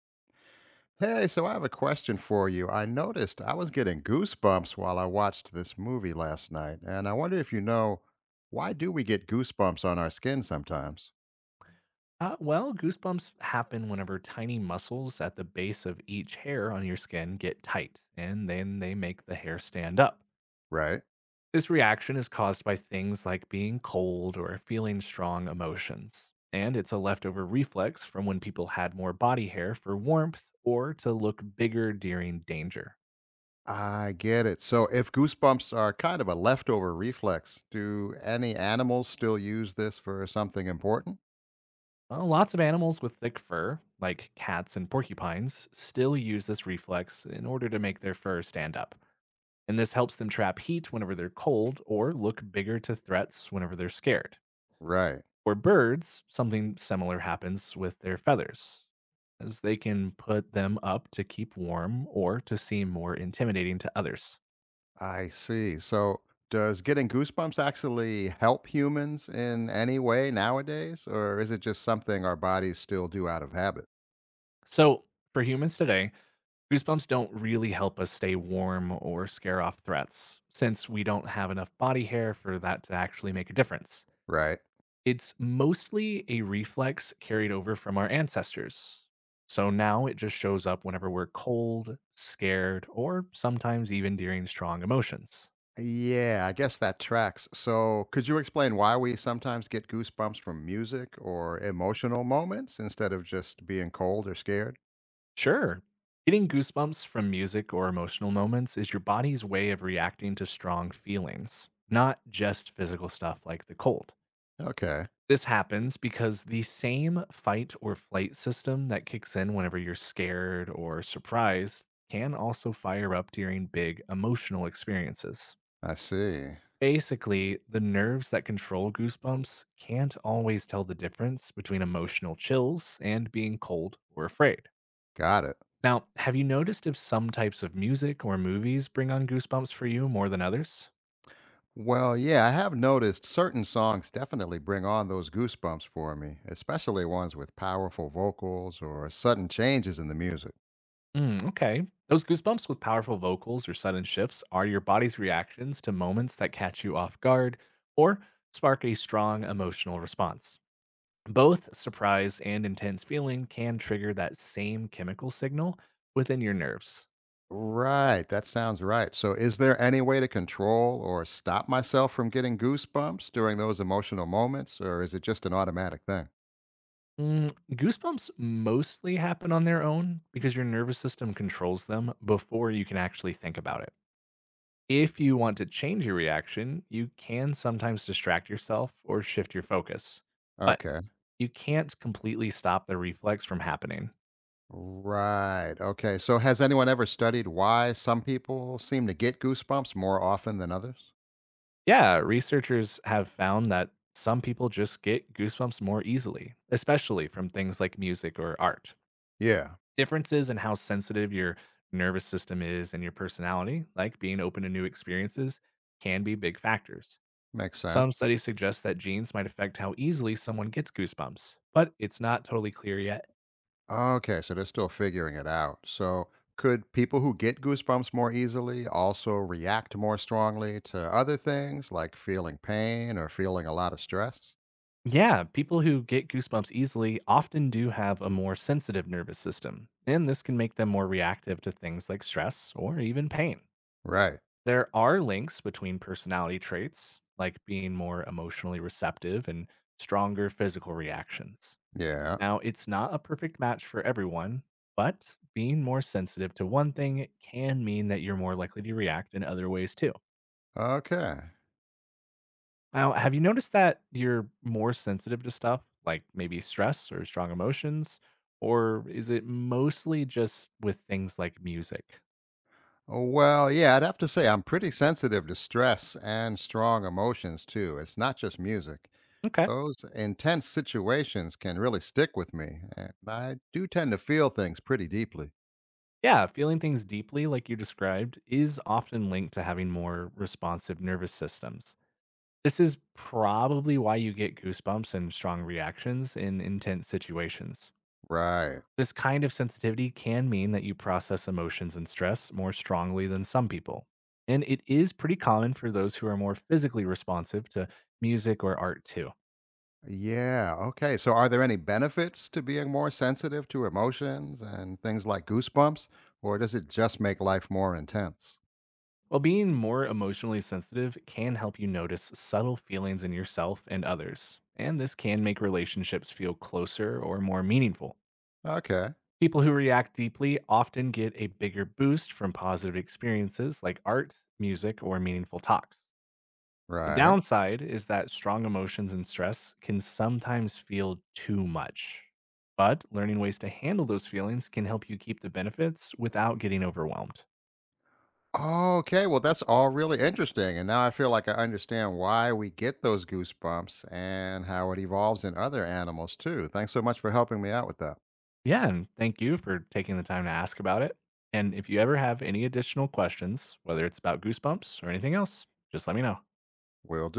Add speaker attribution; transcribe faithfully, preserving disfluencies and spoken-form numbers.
Speaker 1: Hey, so I have a question for you. I noticed I was getting goosebumps while I watched this movie last night, and I wonder if you know why do we get goosebumps on our skin sometimes?
Speaker 2: Uh, well, goosebumps happen whenever tiny muscles at the base of each hair on your skin get tight, and then they make the hair stand up.
Speaker 1: Right?
Speaker 2: This reaction is caused by things like being cold or feeling strong emotions, and it's a leftover reflex from when people had more body hair for warmth or to look bigger during danger.
Speaker 1: I get it. So if goosebumps are kind of a leftover reflex, do any animals still use this for something important?
Speaker 2: Well, lots of animals with thick fur, like cats and porcupines, still use this reflex in order to make their fur stand up, and this helps them trap heat whenever they're cold or look bigger to threats whenever they're scared.
Speaker 1: Right.
Speaker 2: For birds, something similar happens with their feathers, as they can put them up to keep warm or to seem more intimidating to others.
Speaker 1: I see. So does getting goosebumps actually help humans in any way nowadays, or is it just something our bodies still do out of habit?
Speaker 2: So, for humans today, goosebumps don't really help us stay warm or scare off threats, since we don't have enough body hair for that to actually make a difference.
Speaker 1: Right.
Speaker 2: It's mostly a reflex carried over from our ancestors. So now it just shows up whenever we're cold, scared, or sometimes even during strong emotions.
Speaker 1: Yeah, I guess that tracks. So, could you explain why we sometimes get goosebumps from music or emotional moments instead of just being cold or scared?
Speaker 2: Sure, getting goosebumps from music or emotional moments is your body's way of reacting to strong feelings, not just physical stuff like the cold.
Speaker 1: Okay,
Speaker 2: This happens because the same fight or flight system that kicks in whenever you're scared or surprised can also fire up during big emotional experiences.
Speaker 1: I see.
Speaker 2: Basically, the nerves that control goosebumps can't always tell the difference between emotional chills and being cold or afraid.
Speaker 1: Got it.
Speaker 2: Now, have you noticed if some types of music or movies bring on goosebumps for you more than others?
Speaker 1: Well, yeah, I have noticed certain songs definitely bring on those goosebumps for me, especially ones with powerful vocals or sudden changes in the music.
Speaker 2: Mm, okay. Those goosebumps with powerful vocals or sudden shifts are your body's reactions to moments that catch you off guard or spark a strong emotional response. Both surprise and intense feeling can trigger that same chemical signal within your nerves.
Speaker 1: Right, that sounds right. So, is there any way to control or stop myself from getting goosebumps during those emotional moments, or is it just an automatic thing?
Speaker 2: Mm, goosebumps mostly happen on their own because your nervous system controls them before you can actually think about it. If you want to change your reaction, you can sometimes distract yourself or shift your focus. But
Speaker 1: Okay.
Speaker 2: you can't completely stop the reflex from happening.
Speaker 1: Right. Okay. So has anyone ever studied why some people seem to get goosebumps more often than others?
Speaker 2: Yeah, researchers have found that some people just get goosebumps more easily, especially from things like music or art.
Speaker 1: Yeah,
Speaker 2: Differences in how sensitive your nervous system is and your personality, like being open to new experiences, can be big factors.
Speaker 1: makes
Speaker 2: Some
Speaker 1: sense.
Speaker 2: studies suggest that genes might affect how easily someone gets goosebumps, but it's not totally clear yet.
Speaker 1: Okay, so they're still figuring it out. So could people who get goosebumps more easily also react more strongly to other things like feeling pain or feeling a lot of stress?
Speaker 2: Yeah, people who get goosebumps easily often do have a more sensitive nervous system, and this can make them more reactive to things like stress or even pain.
Speaker 1: Right.
Speaker 2: There are links between personality traits, like being more emotionally receptive and stronger physical reactions.
Speaker 1: Yeah.
Speaker 2: Now, it's not a perfect match for everyone, but being more sensitive to one thing can mean that you're more likely to react in other ways too.
Speaker 1: Okay.
Speaker 2: Now, have you noticed that you're more sensitive to stuff like maybe stress or strong emotions? Or is it mostly just with things like music?
Speaker 1: Well, yeah, I'd have to say I'm pretty sensitive to stress and strong emotions too. It's not just music.
Speaker 2: Okay.
Speaker 1: Those intense situations can really stick with me, and I do tend to feel things pretty deeply.
Speaker 2: Yeah, feeling things deeply, like you described, is often linked to having more responsive nervous systems. This is probably why you get goosebumps and strong reactions in intense situations.
Speaker 1: Right.
Speaker 2: This kind of sensitivity can mean that you process emotions and stress more strongly than some people. And it is pretty common for those who are more physically responsive to music or art too.
Speaker 1: Yeah. Okay. So, are there any benefits to being more sensitive to emotions and things like goosebumps, or does it just make life more intense?
Speaker 2: While being more emotionally sensitive can help you notice subtle feelings in yourself and others, and this can make relationships feel closer or more meaningful.
Speaker 1: Okay.
Speaker 2: People who react deeply often get a bigger boost from positive experiences like art, music, or meaningful talks. The
Speaker 1: Right.
Speaker 2: downside is that strong emotions and stress can sometimes feel too much. But learning ways to handle those feelings can help you keep the benefits without getting overwhelmed.
Speaker 1: Okay. Well, that's all really interesting. And now I feel like I understand why we get those goosebumps and how it evolves in other animals, too. Thanks so much for helping me out with that.
Speaker 2: Yeah, and thank you for taking the time to ask about it. And if you ever have any additional questions, whether it's about goosebumps or anything else, just let me know.
Speaker 1: Will do.